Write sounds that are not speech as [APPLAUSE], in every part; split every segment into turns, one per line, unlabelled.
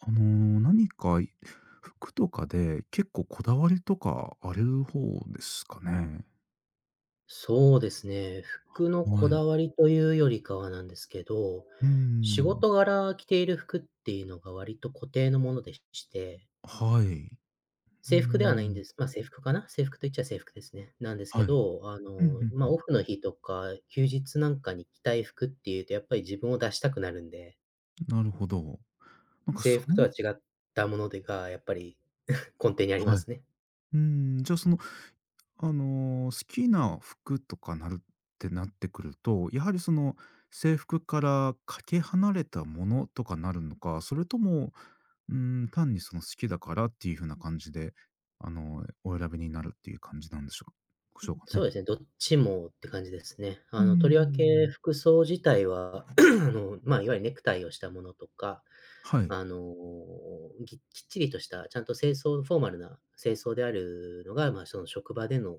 何か服とかで結構こだわりとかある方ですかね？
そうですね。服のこ
はい。
だわりというよりかはなんですけど、
うー
仕
ん。
事柄着ている服っていうのが割と固定のものでして、
はい。うー
制服ではないん
ん。
です。まあ、制服かな制服と言っちゃ制服ですね。なんです
は
け
い。うん、
ど、
うん
まあ、
うん。
オフの日とか休日なんかに着たい服っていうと、やっぱり自分を出したくなるんで、
なるほど。なんか
制
そ
服と
の、
は違ったものでが、やっぱり根底にありま
はい。
すね。
うん、じゃあその、好きな服とかなってくると、やはりその制服からかけ離れたものとかなるのか、それともうーん、単にその好きだからっていう風な感じで、お選びになるっていう感じなんでしょうしょうか
そう
ね？
ですね、どっちもって感じですね。
うー
とりわけ
ん。
服装自体は、[CLEARS THROAT] まあ、いわゆるネクタイをしたものとか、
はい。
あの、きっちりとした、ちゃんと清装フォーマルな清装であるのが、まあ、その職場での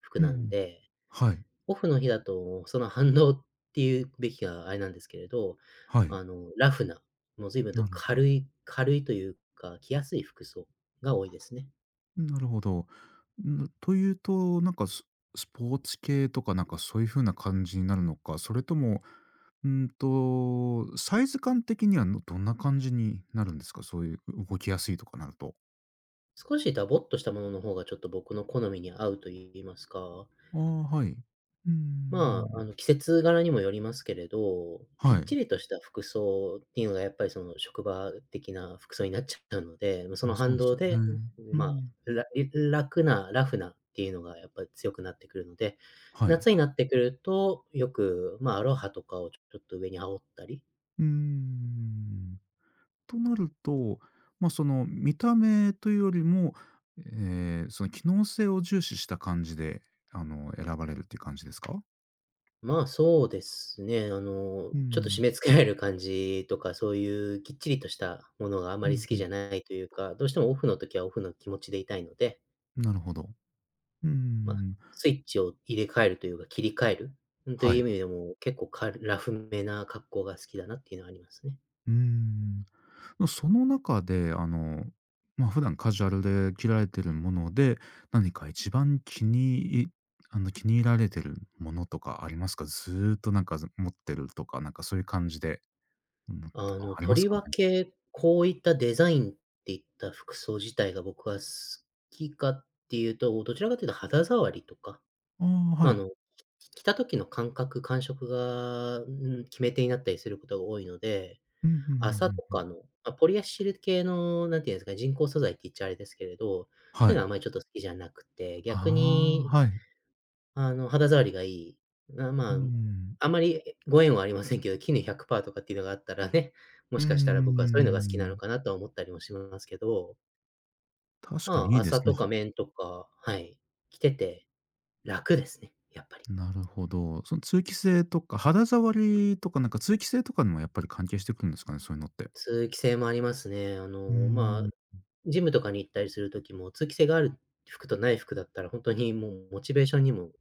服
う
なん
ん。
で、
はい。
オフの日だとその反動っていうべきがあれなんですけれど、
はい。
ラフな、もう随分と
なるほど。
軽い軽いというか、着やすい服装が多いですね。
なるほど。ん、というと、なんか、スポーツ系とかなんかそういう風な感じになるのか、それとも、サイズ感的にはのどんな感じになるんですか？そういう動きやすいとかなると。
少しダボっとしたものの方がちょっと僕の好みに合うと言いますか。
ああ、はい。うー
まあ、
ん。
季節柄にもよりますけれど、ぴ
は
っち
い。
りとした服装っていうのがやっぱりその職場的な服装になっちゃうので、そ
あ、
の
そう
反
です
動
よ
で、
ね。う
ま
ん。
あ、ら楽な、ラフなっていうのがやっぱり強くなってくるので、
はい。
夏になってくると、よく、まあ、アロハとかをちょっと上に羽織ったり、
うーん。となると、まあ、その、見た目というよりも、えその、機能性を重視した感じで、選ばれるっていう感じですか？
まあ、そうですね、
う
ちょっと締
ん。
め付けられる感じとか、そういうきっちりとしたものがあ
う
まり好
んう
きじ
ん。
ゃないというか、どうしてもオフの時はオフの気持ちでいたいので。
なるほど。うー
まあ、
ん。
スイッチを入れ替えるというか、切り替える、うん、という
は
意
い。
味でも、結構ラフめな格好が好きだなっていうのはありますね。
うーん。その中で、まあ、普段カジュアルで着られてるもので、何か一番気に入りあの、気に入られてるものとかありますか？ずーっとなんか、持ってるとか、なんかそういう感じで、うん、とかあり
と
ます
り
かね？
わけ、こういったデザインっていった服装自体が僕は好きかっていうと、どちらかというと肌触りとか、
ああ、
ま
は
あ、
い。
着た時の感覚、感触が、うん、決め手になったりすることが多いので、
うんうんうん
麻
うん、
と
うん。
かの、まあ、ポリアシル系の、なんていうんですかね人工素材って言っちゃあれですけれど、そう
は
いうのはあ
い。
まりちょっと好きじゃなくて、逆
あ
に
あ、はい。
肌触りがいい、あ、
う
まあ、
ん。
あまりご縁はありませんけど、絹100%とかっていうのがあったらね、[LAUGHS] も
うー
しかしたら僕はそういうのが好きなの
ん。
かなとは思ったりもしますけど、
確か
ま
にい
あ、
いで
麻
すね。
と
は、
か綿とか、はい、着てて楽ですね、やっぱり。
なるほど。その通気性とか、肌触りとか、なんか通気性とかにもやっぱり関係してくるんですかね、そういうのって。
通気性もありますね。
うー
ま
ん、
あ、ジムとかに行ったりする時も、通気性がある服とない服だったら、本当にもうモチベーションにも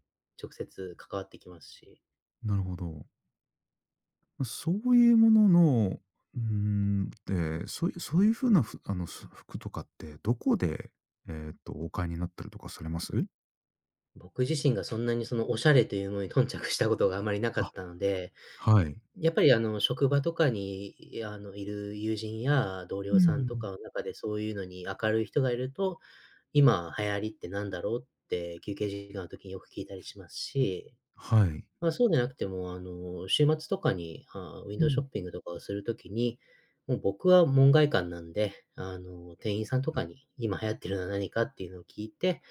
直接関わってきますし、
なるほど。そういうものの、うーん、で、そういう風なふあの、す服とかってどこで、えっと、お買いになったりとかされます？
僕自身がそんなにそのおしゃれというものに頓着したことがあまりなか
あ、
ったので、
はい。
やっぱり職場とかにいる友人や同
う
僚さんと
ん。
かの中でそういうのに明るい人がいると、今流行りってなんだろうって休憩時間の時によく聞いたりしますし、
はい。
まあ、そうでなくても週末とかに、ウィン
う
ドウショ
ん。
ッピングとかをする時に、もう僕は門外漢なんで、店員さんと
はい。
かに今流行ってるのは何かっていうのを聞いて、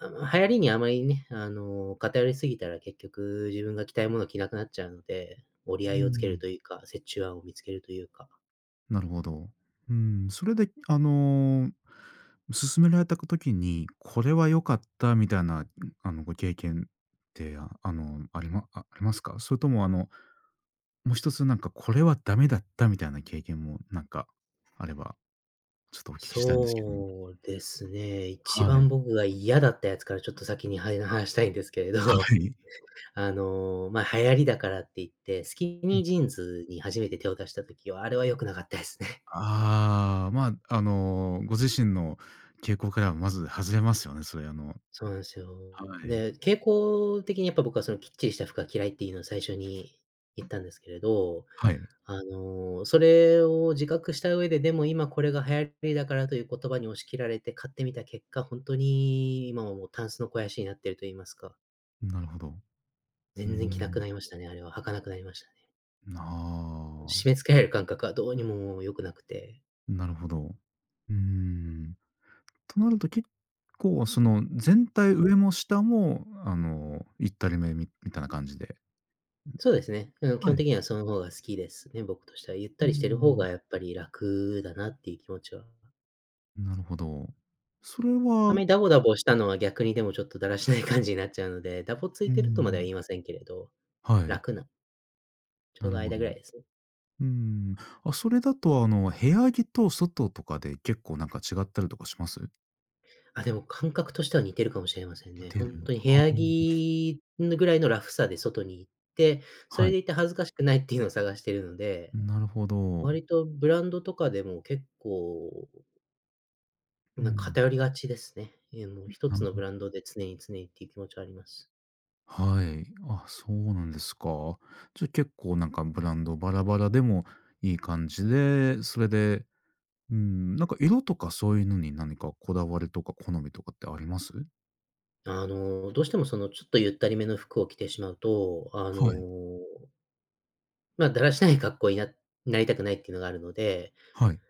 流行りにあまりね、偏りすぎたら結局自分が着たいものを着なくなっちゃうので、折り合
う
いをつける
ん。
というか、折衷案を見つけるというか。
なるほど。うん、それで、勧められた時に、これは良かったみたいな、あの、ご経験って、ああの、ありまあありますか？それとも、あの、もう一つなんかこれはダメだったみたいな経験もなんかあれば、ちょっとお聞きしたいんですけども。
そうですね、一
はい。
番僕が嫌だったやつからちょっと先に、話したいんですけれど、
はい。
[LAUGHS] まあ、流行りだからって言って、スキニージーンズに初めて手を出した時は、あれは良くなかったですね。
ああ、まあ、あのー、ご自身の傾向からはまず外れますよね、それ、あの、
[LAUGHS] そうなんですよ。
はい。
で、傾向的にやっぱ僕はそのきっちりした服が嫌いっていうのを最初に言ったんですけれど、
はい。
それを自覚した上で、でも今これが流行りだからという言葉に押し切られて買ってみた結果、本当に今はもうタンスの肥やしになっていると言いますか、
なるほど。うー
全然着なく
ん。
なりましたね、あれは。履かなくなりましたね。
ああ。
締め付けられる感覚はどうにも良くなくて。
なるほど。うーん。となると結構その全体上も下もあの、行ったりめみみたいな感じで。
そうですね、基
は
本
い。
的にはその方が好きですね、僕としては。ゆっ
う
た
ー
りしてる方
ん。
がやっぱり楽だなっていう気持ちは。
なるほど。それは
あ
う
まりダボダボしたのは逆にでもちょっとだらしない感じになっちゃうので、ダボつ
ー
いてるとまでは
ん。
言いませんけれど、
はい、
楽な、ちょ
な
う
る
ど
ほ
間
ど。
ぐら
う
いですね。
ーん。あ、それだとあの部屋着と外とかで結構なんか違ったりとかします？
あ、でも感覚としては似てるかもしれません
似
ね。
て
ほん
る。
とに部
あ
屋着のぐらいのラフさで外に行って、そ
あ、は
れ
い。
でいて恥ずかしくないっていうのを探してるので、
なるほど。
割とブランドとかでも結構、
う
なんか
ん。
偏りがちですね。え、もう1つのブラ
な
ンドで常に常にっていう気持ちはあります。
はい。あ、そうなんですか。じゃ、結構なんかブランドバラバラでもいい感じで、それで、うん、なんか色とかそういうのに何かこだわりとか好みとかってあります？
どうしてもそのちょっとゆったりめの服を着てしまうと、
はい。
だらしない格好になりたくないっていうのがあるので、
はい。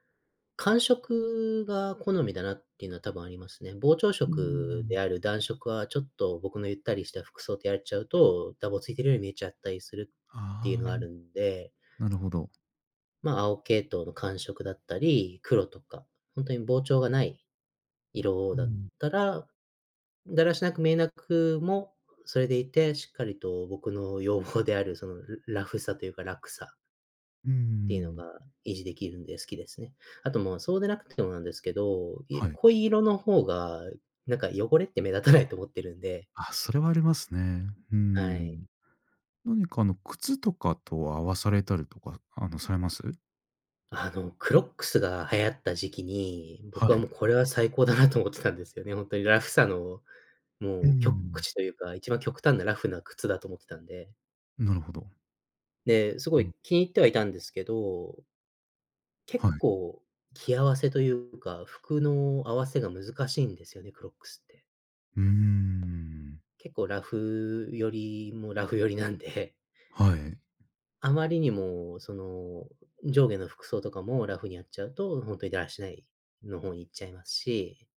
間食が好みだなっていうのは多分ありますね。膨張
うー
食
ん。
である暖色は、ちょっと僕のゆったりした服装でやっちゃうと、ダボついてるように見えちゃったりするっていう
あ
のがあ
あ、
るんで、
なるほど。
まあ、青系統の間色だったり、黒とか、本当に膨張がない色
う
だっ
ん。
たら、だらしなく見えなくも、それでいて、しっかりと僕の要望であるその、ラフさというか楽さ
うー
っていうの
ん、
が維持できるんで好きですね。あと、もう、そうでなくてもなんですけど、
はい。
濃い色の方が、なんか汚れって目立たないと思ってるんで、
あ、それはありますね。うー
はい。
ん。何かあの靴とかと合わされたりとか、あの、されます？
クロックスが流行った時期に、
は
僕は
い。
もうこれは最高だなと思ってたんですよね。ほんとにラフさの、
うー
もう極
ん、
致というか、一番極端なラフな靴だと思ってたんで。
なるほど。
で、す
う
ご
ん。
い気に入ってはいたんですけど、結
はい。
構着合わせというか、服の合わせが難しいんですよね、クロックスって。
うーん、
結構ラフよりもラフよりなんで、
はい。
あまりにもその、上下の服装とかもラフにやっちゃうと、ほんとにだらしないの方に行っちゃいますし、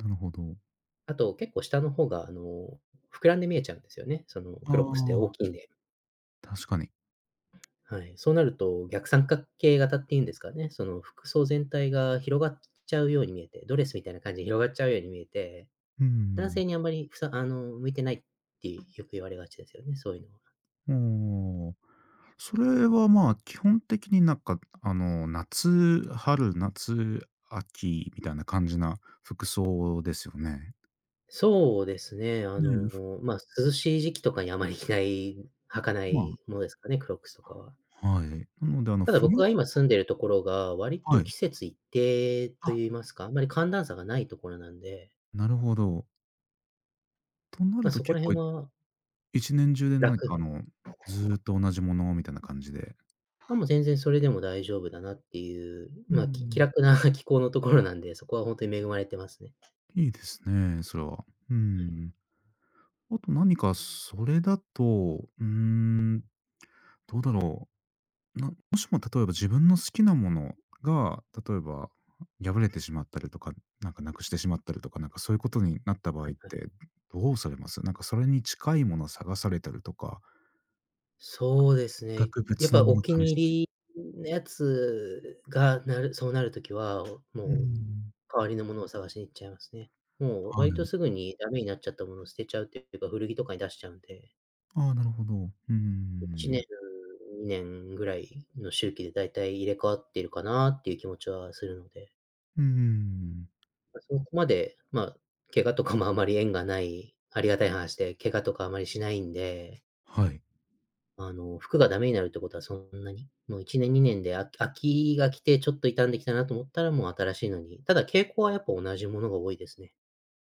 なるほど。
あと結構下の方が膨らんで見えちゃうんですよね、その
あ
クロックスって大き
あ。
いんで。
確かに。
はい、そうなると逆三角形型っていうんですかね、その服装全体が広がっちゃうように見えて、ドレスみたいな感じで広がっちゃうように見えて、
う
男
ん。
性にあんまりふさあの、向いてないってよく言われがちですよね、そういうのは。
おお。それは、まあ、基本的になんか、あの、夏、春、夏、秋みたいな感じな服装ですよね？
そうですね。
ねえ、ふ、
まあ、涼しい時期とかにあまり着ない、履かな
まあ、
いものですかね、クロックスとかは。
はい。なので、あの、
ただ
冬、
僕が今住んでるところが、割
は
と
い。
季節一定と
あ、
言いますか、あまり寒暖差がないところなんで、
なるほど。とな
ま
る
あ、
と
そこ
結
ら
構
辺は
一年中で何
楽で
か、あ
す。
の、ずーっと同じものみたいな感じで。
まあ、もう全然それでも大丈夫だなっていう、
う
まあ、き気
ん。
楽な [LAUGHS] 気候のところなんで、そこは本当に恵まれてますね。
いいですね、それは。うん。あと何かそれだと、うーん、どうだろう。もしも例えば自分の好きなものが、例えば破れてしまったりとか、なんかなくしてしまったりとか、なんかそういうことになった場合
は
っ
いはい。
て、どうされます、なんかそれに近いものを探されたりとか、
そうです
全
ね。
く
やっ
別の
ぱ
もの
お
を
気
試
に
したい。
入りのやつが、そうなるときは、
うー
も
ん。
代わりのものを探しに行っちゃいますね。もう
は
割と
い。
すぐにダメになっちゃったものを捨てちゃうっていうか、古着とかに出しちゃうんで、
ああ、なるほど。うー
1
ん。
年、2年ぐらいの周期でだいたい入れ替わってるかなっていう気持ちはするので、
うーん。
ま、そこまで、まあ、怪我とかもあまり縁がない、ありがたい話で、怪我とかあまりしないんで、
はい。
服がダメになるってことはそんなに、もう1年、2年で飽きが来てちょっと傷んできたなと思ったらもう新しいのに、ただ傾向はやっぱ同じものが多いですね。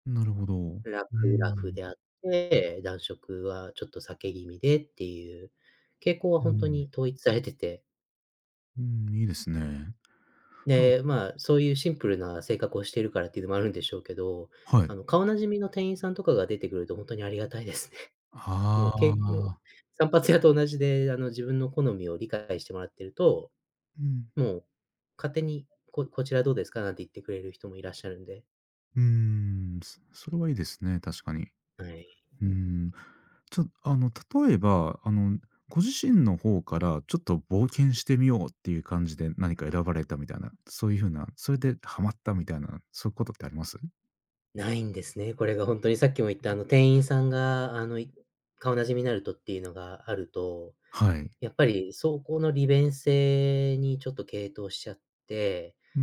なるほど。う
ラ
ー
フラフ
ん。
であって、暖色はちょっと避け気味でっていう傾向は
うー
ほんと
ん。
に統一されてて、
うーん、いいですね。と、
で、まあ、そういうシンプルな性格をしているからっていうのもあるんでしょうけど、
はい。
顔なじみの店員さんとかが出てくるとほんとにありがたいですね。[LAUGHS] も
あ
う、けもう
あ。
散髪屋と同じで、自分の好みを理解してもらってると、
うん。
もう勝手に、こちらどうですか？なんて言ってくれる人もいらっしゃるんで、
うーん、そ、それはいいですね、確かに。
はい。
うーん。ちょあの、例えば、あの、ご自身の方からちょっと冒険してみようっていう感じで何か選ばれたみたいな、そういうふうな、それでハマったみたいな、そういうことってあります？
ないんですね。これが本当にさっきも言った店員さんが顔なじみになるとっていうのがあると、
はい。
やっぱりそこの利便性にちょっと傾倒しちゃって、
うー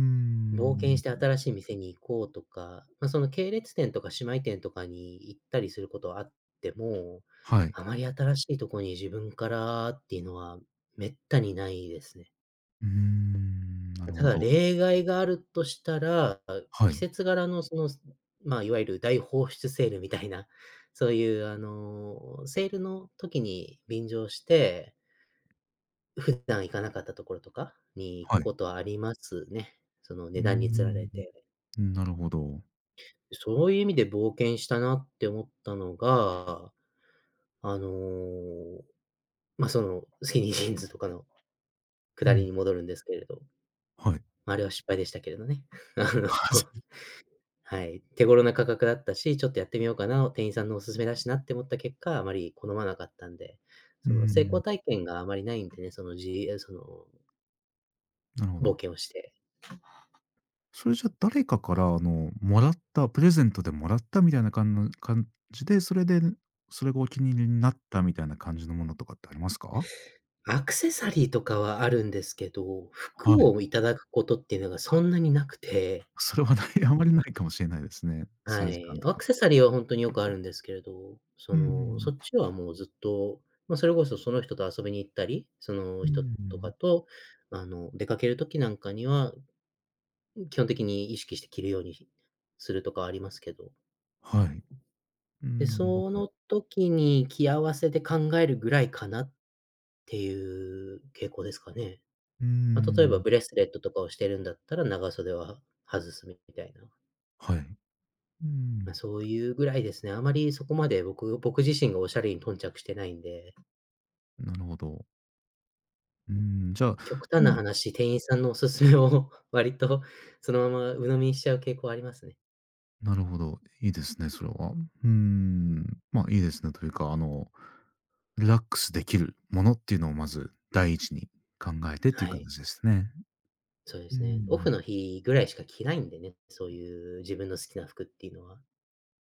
冒険
ん。
して新しい店に行こうとか、ま、その系列店とか姉妹店とかに行ったりすることはあっても、
はい。
あまり新しいとこに自分からっていうのは滅多にないですね。
うーん、なる
た
ほ
だ
ど。
例外があるとしたら、
は
季
い。
節柄のその、まあ、いわゆる大放出セールみたいな、そういうセールの時に便乗して、普段行かなかったところとかに行く
はい。
ことはありますね。その
う
値段に釣られ
ー
て。
ん、なるほど。
そういう意味で冒険したなって思ったのが、あの、ま、そのスキニージーンズとかのく
う
だり
ん、
に戻るんですけれど、
はい。
あれは失敗でしたけれどね。[LAUGHS] あ
[LAUGHS]
の
あ、そ
はい、手頃な価格だったし、ちょっとやってみようかな、店員さんのおすすめだしなって思った結果、あまり好まなかったんで、
う。うー
その成
ん、
功体験があまりないんでね、そのじえ、その
なるほ
冒
ど。
険をして。
それじゃ誰かからあの、もらったプレゼントでもらったみたいな感じで、それで、それがお気に入りになったみたいな感じのものとかってありますか？
アクセサリーとかはあるんですけど、
は
服
い。
をいただくことっていうのがそんなになくて、
それはない、あまりないかもしれないですね。サ
は
イズ感
い。
と
ア
か。
クセサリーは本当によくあるんですけれど、
う
その、そ
ん、
っちはもうずっと、まあ、それこそその人と遊びに行ったり、その
う
人とか
ん。
と、出かける時なんかには、基本的に意識して着るようにするとかはありますけど。
はい。うん、
で、
なるほ
そ
ど。
の時に着合わせで考えるぐらいかなっていう傾向ですかね。
うー
まあ、例えば
ん、
ブレスレットとかをしてるんだったら、長袖は外すみたいな。
はい。う
まあ、
ん、
そういうぐらいですね。あまりそこまで僕自身がおしゃれに頓着してないんで、
なるほど。うん、じゃあ、
極端
ま
な
あ、
話、店員さんのおすすめを [LAUGHS] 割とそのまま鵜呑みにしちゃう傾向ありますね。
なるほど、いいですね、それは。うん、まあ、いいですねというか、あの、リラックスできるものっていうのをまず第一に考えてっていう
はい。
形ですね。
そうで
う
すね。オフ
ん。
の日ぐらいしか着ないんでね、そういう自分の好きな服っていうのは。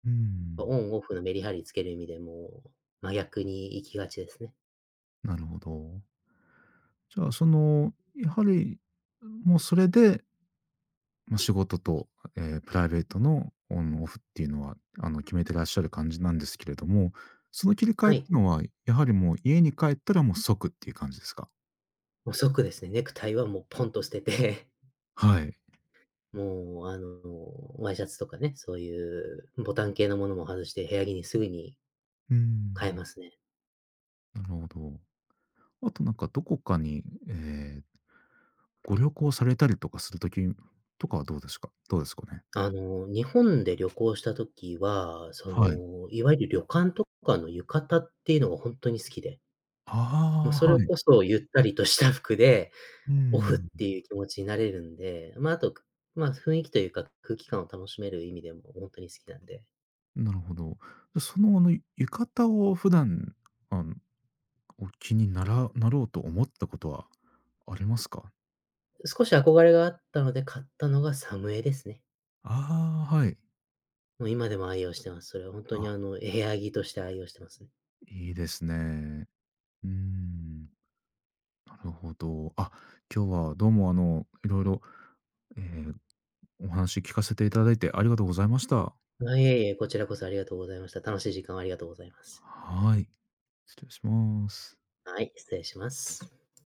う
オ
ん、
ンオフのメリハリつける意味でも真逆に行きがちですね。
なるほど。じゃあその、やはり、もうそれで、ま、仕事と、ええ、プライベートのオンオフっていうのは、あの、決めてらっしゃる感じなんですけれども、その切り替え
は
って
い。
のは、やはりもう家に帰ったらもう即っていう感じですか？
もう即ですね、ネクタイはもうポンと捨てて、
はい。
[LAUGHS] もうワイシャツとかね、そういうボタン系のものも外して部屋着にすぐに
うー
変え
ん、
ますね。
なるほど。あとなんかどこかに、ええご旅行されたりとかするときとかはどうですかね？
日本で旅行した時は、そ
はい。
の、いわゆる旅館とかの浴衣っていうのが本当に好きで、もう
あ
そ
あ、
れ
はい。
こそゆったりとした服で、
う
オフっ
ん。
ていう気持ちになれるんで、まあ、あと、まあ雰囲気というか、空気感を楽しめる意味でも本当に好きなんで、
なるほど。でその、あの、浴衣を普段、あの、お気にならなろうと思ったことはありますか？
少し憧れがあったので買ったのがサムエですね。
ああ、はい。
もう今でも愛用してます。それは本当に
あ、
部屋着として愛用してますね。
いいですね。うーん、なるほど。あ、今日はどうも、あの、いろええ、お話聞かせていただいてありがとうございました。
あ、いえいえ、こちらこそありがとうございました。楽しい時間をありがとうございます。
はい、失礼します。
はい、失礼します。